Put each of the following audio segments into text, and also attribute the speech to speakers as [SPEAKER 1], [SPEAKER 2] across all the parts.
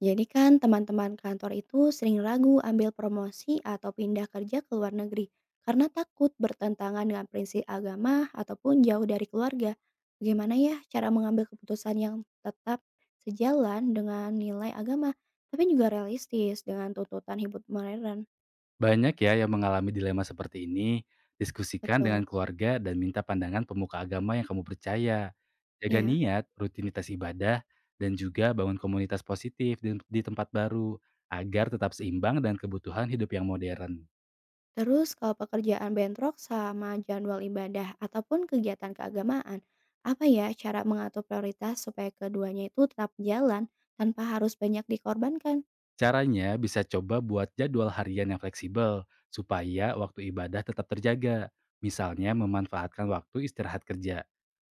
[SPEAKER 1] Jadi kan teman-teman kantor itu sering ragu ambil promosi atau pindah kerja ke luar negeri karena takut bertentangan dengan prinsip agama ataupun jauh dari keluarga. Bagaimana ya cara mengambil keputusan yang tetap sejalan dengan nilai agama tapi juga realistis dengan tuntutan hidup modern?
[SPEAKER 2] Banyak ya yang mengalami dilema seperti ini. Diskusikan dengan
[SPEAKER 1] Betul.
[SPEAKER 2] keluarga dan minta pandangan pemuka agama yang kamu percaya. Jaga
[SPEAKER 1] Ya.
[SPEAKER 2] niat, rutinitas ibadah, dan juga bangun komunitas positif di tempat baru agar tetap seimbang dengan kebutuhan hidup yang modern.
[SPEAKER 1] Terus kalau pekerjaan bentrok sama jadwal ibadah ataupun kegiatan keagamaan, apa ya cara mengatur prioritas supaya keduanya itu tetap jalan tanpa harus banyak dikorbankan?
[SPEAKER 2] Caranya bisa coba buat jadwal harian yang fleksibel supaya waktu ibadah tetap terjaga. Misalnya memanfaatkan waktu istirahat kerja.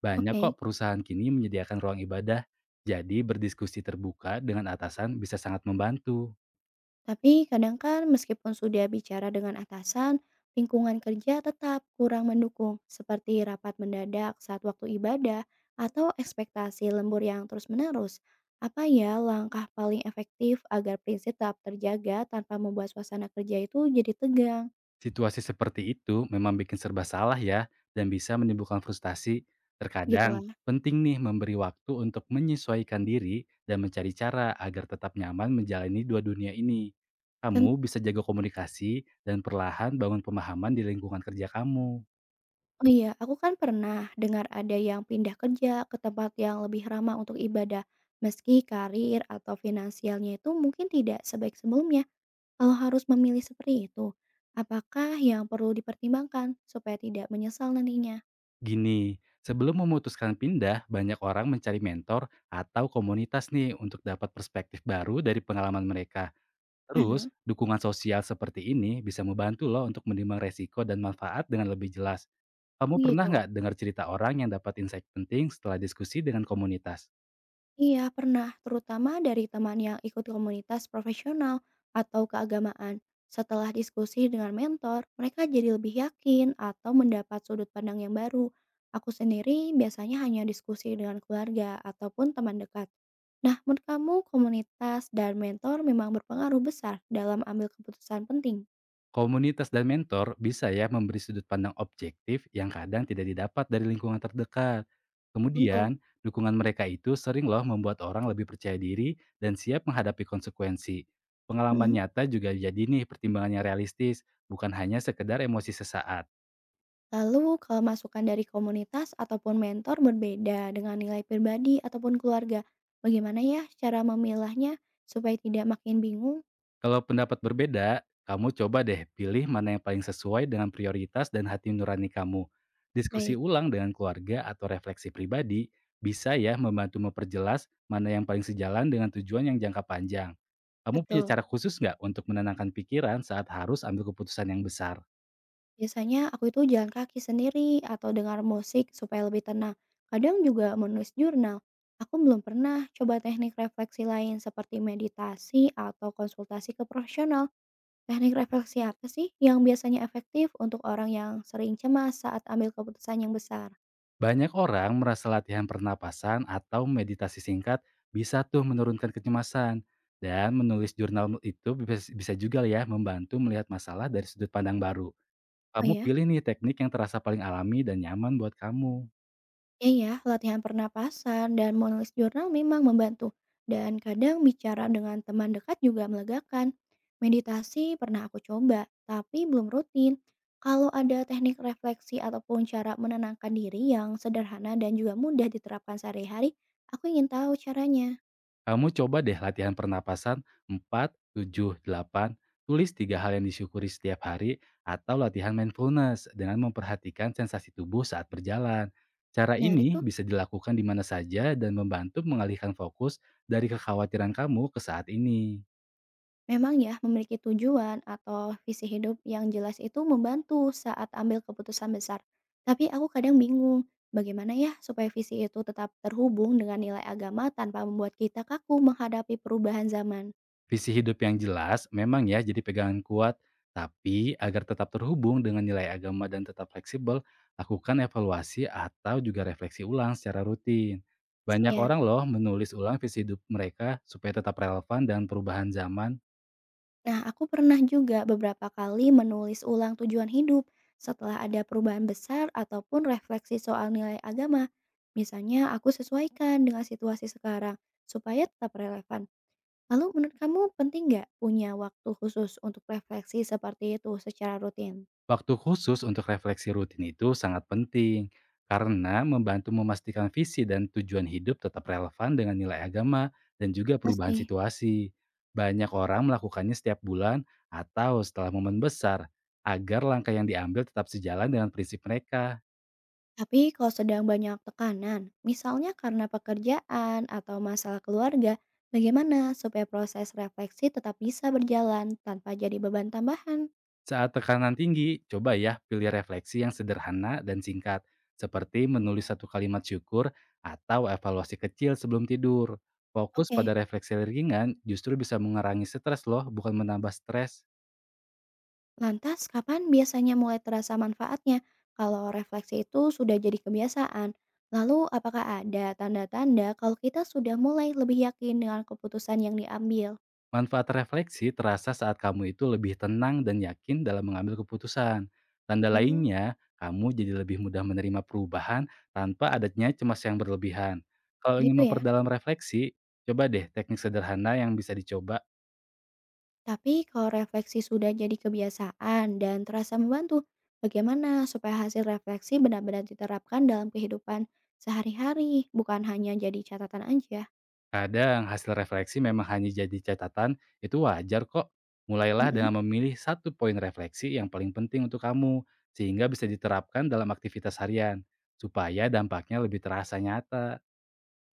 [SPEAKER 2] Banyak
[SPEAKER 1] Oke,
[SPEAKER 2] kok perusahaan kini menyediakan ruang ibadah, jadi berdiskusi terbuka dengan atasan bisa sangat membantu.
[SPEAKER 1] tapi kadang kan meskipun sudah bicara dengan atasan, lingkungan kerja tetap kurang mendukung, seperti rapat mendadak saat waktu ibadah atau ekspektasi lembur yang terus-menerus. Apa ya langkah paling efektif agar prinsip tetap terjaga tanpa membuat suasana kerja itu jadi tegang?
[SPEAKER 2] Situasi seperti itu memang bikin serba salah ya, dan bisa menimbulkan frustasi.
[SPEAKER 1] Gitu lah.
[SPEAKER 2] Terkadang, penting nih memberi waktu untuk menyesuaikan diri dan mencari cara agar tetap nyaman menjalani dua dunia ini.
[SPEAKER 1] Dan
[SPEAKER 2] Kamu bisa jaga komunikasi dan perlahan bangun pemahaman di lingkungan kerja kamu.
[SPEAKER 1] oh iya, aku kan pernah dengar ada yang pindah kerja ke tempat yang lebih ramah untuk ibadah, meski karir atau finansialnya itu mungkin tidak sebaik sebelumnya. Kalau harus memilih seperti itu, apakah yang perlu dipertimbangkan supaya tidak menyesal nantinya?
[SPEAKER 2] Gini, sebelum memutuskan pindah, banyak orang mencari mentor atau komunitas nih untuk dapat perspektif baru dari pengalaman mereka. Terus,
[SPEAKER 1] Ah
[SPEAKER 2] dukungan sosial seperti ini bisa membantu loh untuk menimbang resiko dan manfaat dengan lebih jelas. Kamu pernah
[SPEAKER 1] gitu.
[SPEAKER 2] nggak dengar cerita orang yang dapat insight penting setelah diskusi dengan komunitas?
[SPEAKER 1] Iya, pernah, terutama dari teman yang ikut komunitas profesional atau keagamaan. Setelah diskusi dengan mentor, mereka jadi lebih yakin atau mendapat sudut pandang yang baru. Aku sendiri biasanya hanya diskusi dengan keluarga ataupun teman dekat. Nah, menurut kamu komunitas dan mentor memang berpengaruh besar dalam ambil keputusan penting?
[SPEAKER 2] Komunitas dan mentor bisa ya memberi sudut pandang objektif yang kadang tidak didapat dari lingkungan terdekat.
[SPEAKER 1] Tentu.
[SPEAKER 2] Kemudian, dukungan mereka itu sering loh membuat orang lebih percaya diri dan siap menghadapi konsekuensi. Pengalaman nyata juga jadi nih pertimbangannya realistis, bukan hanya sekedar emosi sesaat.
[SPEAKER 1] Lalu kalau masukan dari komunitas ataupun mentor berbeda dengan nilai pribadi ataupun keluarga, bagaimana ya cara memilahnya supaya tidak makin bingung?
[SPEAKER 2] Kalau pendapat berbeda, kamu coba deh pilih mana yang paling sesuai dengan prioritas dan hati nurani kamu. Diskusi
[SPEAKER 1] Baik.
[SPEAKER 2] ulang dengan keluarga atau refleksi pribadi bisa ya membantu memperjelas mana yang paling sejalan dengan tujuan yang jangka panjang. Kamu punya
[SPEAKER 1] Betul.
[SPEAKER 2] cara khusus nggak untuk menenangkan pikiran saat harus ambil keputusan yang besar?
[SPEAKER 1] Biasanya aku itu jalan kaki sendiri atau dengar musik supaya lebih tenang. Kadang juga menulis jurnal. Aku belum pernah coba teknik refleksi lain seperti meditasi atau konsultasi ke profesional. Teknik refleksi apa sih yang biasanya efektif untuk orang yang sering cemas saat ambil keputusan yang besar?
[SPEAKER 2] Banyak orang merasa latihan pernapasan atau meditasi singkat bisa tuh menurunkan kecemasan. Dan menulis jurnal itu bisa bisa juga ya membantu melihat masalah dari sudut pandang baru.
[SPEAKER 1] Oh
[SPEAKER 2] Kamu
[SPEAKER 1] ya.
[SPEAKER 2] pilih nih teknik yang terasa paling alami dan nyaman buat kamu.
[SPEAKER 1] Iya, ya, latihan pernapasan dan menulis jurnal memang membantu. Dan kadang bicara dengan teman dekat juga melegakan. Meditasi pernah aku coba, tapi belum rutin. Kalau ada teknik refleksi ataupun cara menenangkan diri yang sederhana dan juga mudah diterapkan sehari-hari, aku ingin tahu caranya.
[SPEAKER 2] Kamu coba deh latihan pernapasan 4 7 8, tulis tiga hal yang disyukuri setiap hari, atau latihan mindfulness dengan memperhatikan sensasi tubuh saat berjalan. Cara
[SPEAKER 1] Menarik
[SPEAKER 2] ini
[SPEAKER 1] tuh.
[SPEAKER 2] bisa dilakukan di mana saja dan membantu mengalihkan fokus dari kekhawatiran kamu ke saat ini.
[SPEAKER 1] Memang ya, memiliki tujuan atau visi hidup yang jelas itu membantu saat ambil keputusan besar. Tapi aku kadang bingung, bagaimana ya supaya visi itu tetap terhubung dengan nilai agama tanpa membuat kita kaku menghadapi perubahan zaman.
[SPEAKER 2] Visi hidup yang jelas memang ya jadi pegangan kuat, tapi agar tetap terhubung dengan nilai agama dan tetap fleksibel, lakukan evaluasi atau juga refleksi ulang secara rutin. Banyak
[SPEAKER 1] Siap.
[SPEAKER 2] orang loh menulis ulang visi hidup mereka supaya tetap relevan dan perubahan zaman.
[SPEAKER 1] Nah, aku pernah juga beberapa kali menulis ulang tujuan hidup setelah ada perubahan besar ataupun refleksi soal nilai agama. Misalnya, aku sesuaikan dengan situasi sekarang supaya tetap relevan. Lalu menurut kamu penting nggak punya waktu khusus untuk refleksi seperti itu secara rutin?
[SPEAKER 2] Waktu khusus untuk refleksi rutin itu sangat penting karena membantu memastikan visi dan tujuan hidup tetap relevan dengan nilai agama dan juga perubahan
[SPEAKER 1] Pasti.
[SPEAKER 2] situasi. Banyak orang melakukannya setiap bulan atau setelah momen besar agar langkah yang diambil tetap sejalan dengan prinsip mereka.
[SPEAKER 1] Tapi kalau sedang banyak tekanan, misalnya karena pekerjaan atau masalah keluarga, bagaimana supaya proses refleksi tetap bisa berjalan tanpa jadi beban tambahan?
[SPEAKER 2] Saat tekanan tinggi, coba ya pilih refleksi yang sederhana dan singkat, seperti menulis satu kalimat syukur atau evaluasi kecil sebelum tidur. Fokus
[SPEAKER 1] Oke.
[SPEAKER 2] pada refleksi ringan justru bisa mengurangi stres loh, bukan menambah stres.
[SPEAKER 1] Lantas, kapan biasanya mulai terasa manfaatnya kalau refleksi itu sudah jadi kebiasaan? Lalu, apakah ada tanda-tanda kalau kita sudah mulai lebih yakin dengan keputusan yang diambil?
[SPEAKER 2] Manfaat refleksi terasa saat kamu itu lebih tenang dan yakin dalam mengambil keputusan. Tanda
[SPEAKER 1] Oh.
[SPEAKER 2] lainnya, kamu jadi lebih mudah menerima perubahan tanpa adanya cemas yang berlebihan. Kalau
[SPEAKER 1] Gitu
[SPEAKER 2] ingin
[SPEAKER 1] ya.
[SPEAKER 2] memperdalam refleksi, coba deh teknik sederhana yang bisa dicoba.
[SPEAKER 1] Tapi kalau refleksi sudah jadi kebiasaan dan terasa membantu, bagaimana supaya hasil refleksi benar-benar diterapkan dalam kehidupan sehari-hari, bukan hanya jadi catatan aja?
[SPEAKER 2] Kadang hasil refleksi memang hanya jadi catatan, itu wajar kok. Mulailah
[SPEAKER 1] Mm-mm.
[SPEAKER 2] dengan memilih satu poin refleksi yang paling penting untuk kamu, sehingga bisa diterapkan dalam aktivitas harian, supaya dampaknya lebih terasa nyata.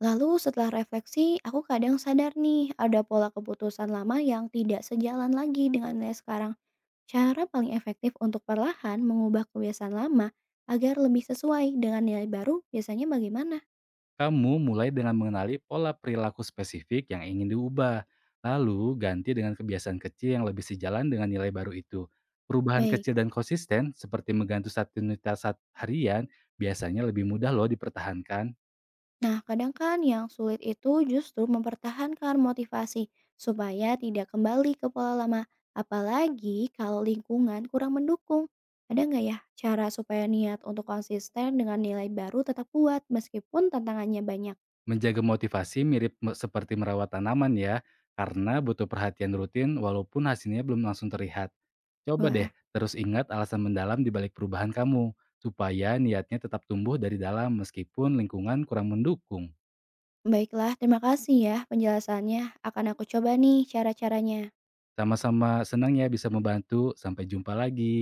[SPEAKER 1] Lalu setelah refleksi, aku kadang sadar nih ada pola keputusan lama yang tidak sejalan lagi dengan nilai sekarang. Cara paling efektif untuk perlahan mengubah kebiasaan lama agar lebih sesuai dengan nilai baru biasanya bagaimana?
[SPEAKER 2] Kamu mulai dengan mengenali pola perilaku spesifik yang ingin diubah, lalu ganti dengan kebiasaan kecil yang lebih sejalan dengan nilai baru itu. Perubahan
[SPEAKER 1] Baik.
[SPEAKER 2] kecil dan konsisten, seperti mengganti satu unitas harian, biasanya lebih mudah loh dipertahankan.
[SPEAKER 1] Nah, kadang kan yang sulit itu justru mempertahankan motivasi supaya tidak kembali ke pola lama. Apalagi kalau lingkungan kurang mendukung. Ada nggak ya cara supaya niat untuk konsisten dengan nilai baru tetap kuat meskipun tantangannya banyak?
[SPEAKER 2] Menjaga motivasi mirip seperti merawat tanaman ya, karena butuh perhatian rutin walaupun hasilnya belum langsung terlihat. Coba
[SPEAKER 1] Wah,
[SPEAKER 2] deh terus ingat alasan mendalam di balik perubahan kamu, supaya niatnya tetap tumbuh dari dalam meskipun lingkungan kurang mendukung.
[SPEAKER 1] baiklah. Terima kasih ya penjelasannya. Akan aku coba nih cara-caranya.
[SPEAKER 2] Sama-sama senang ya bisa membantu, sampai jumpa lagi.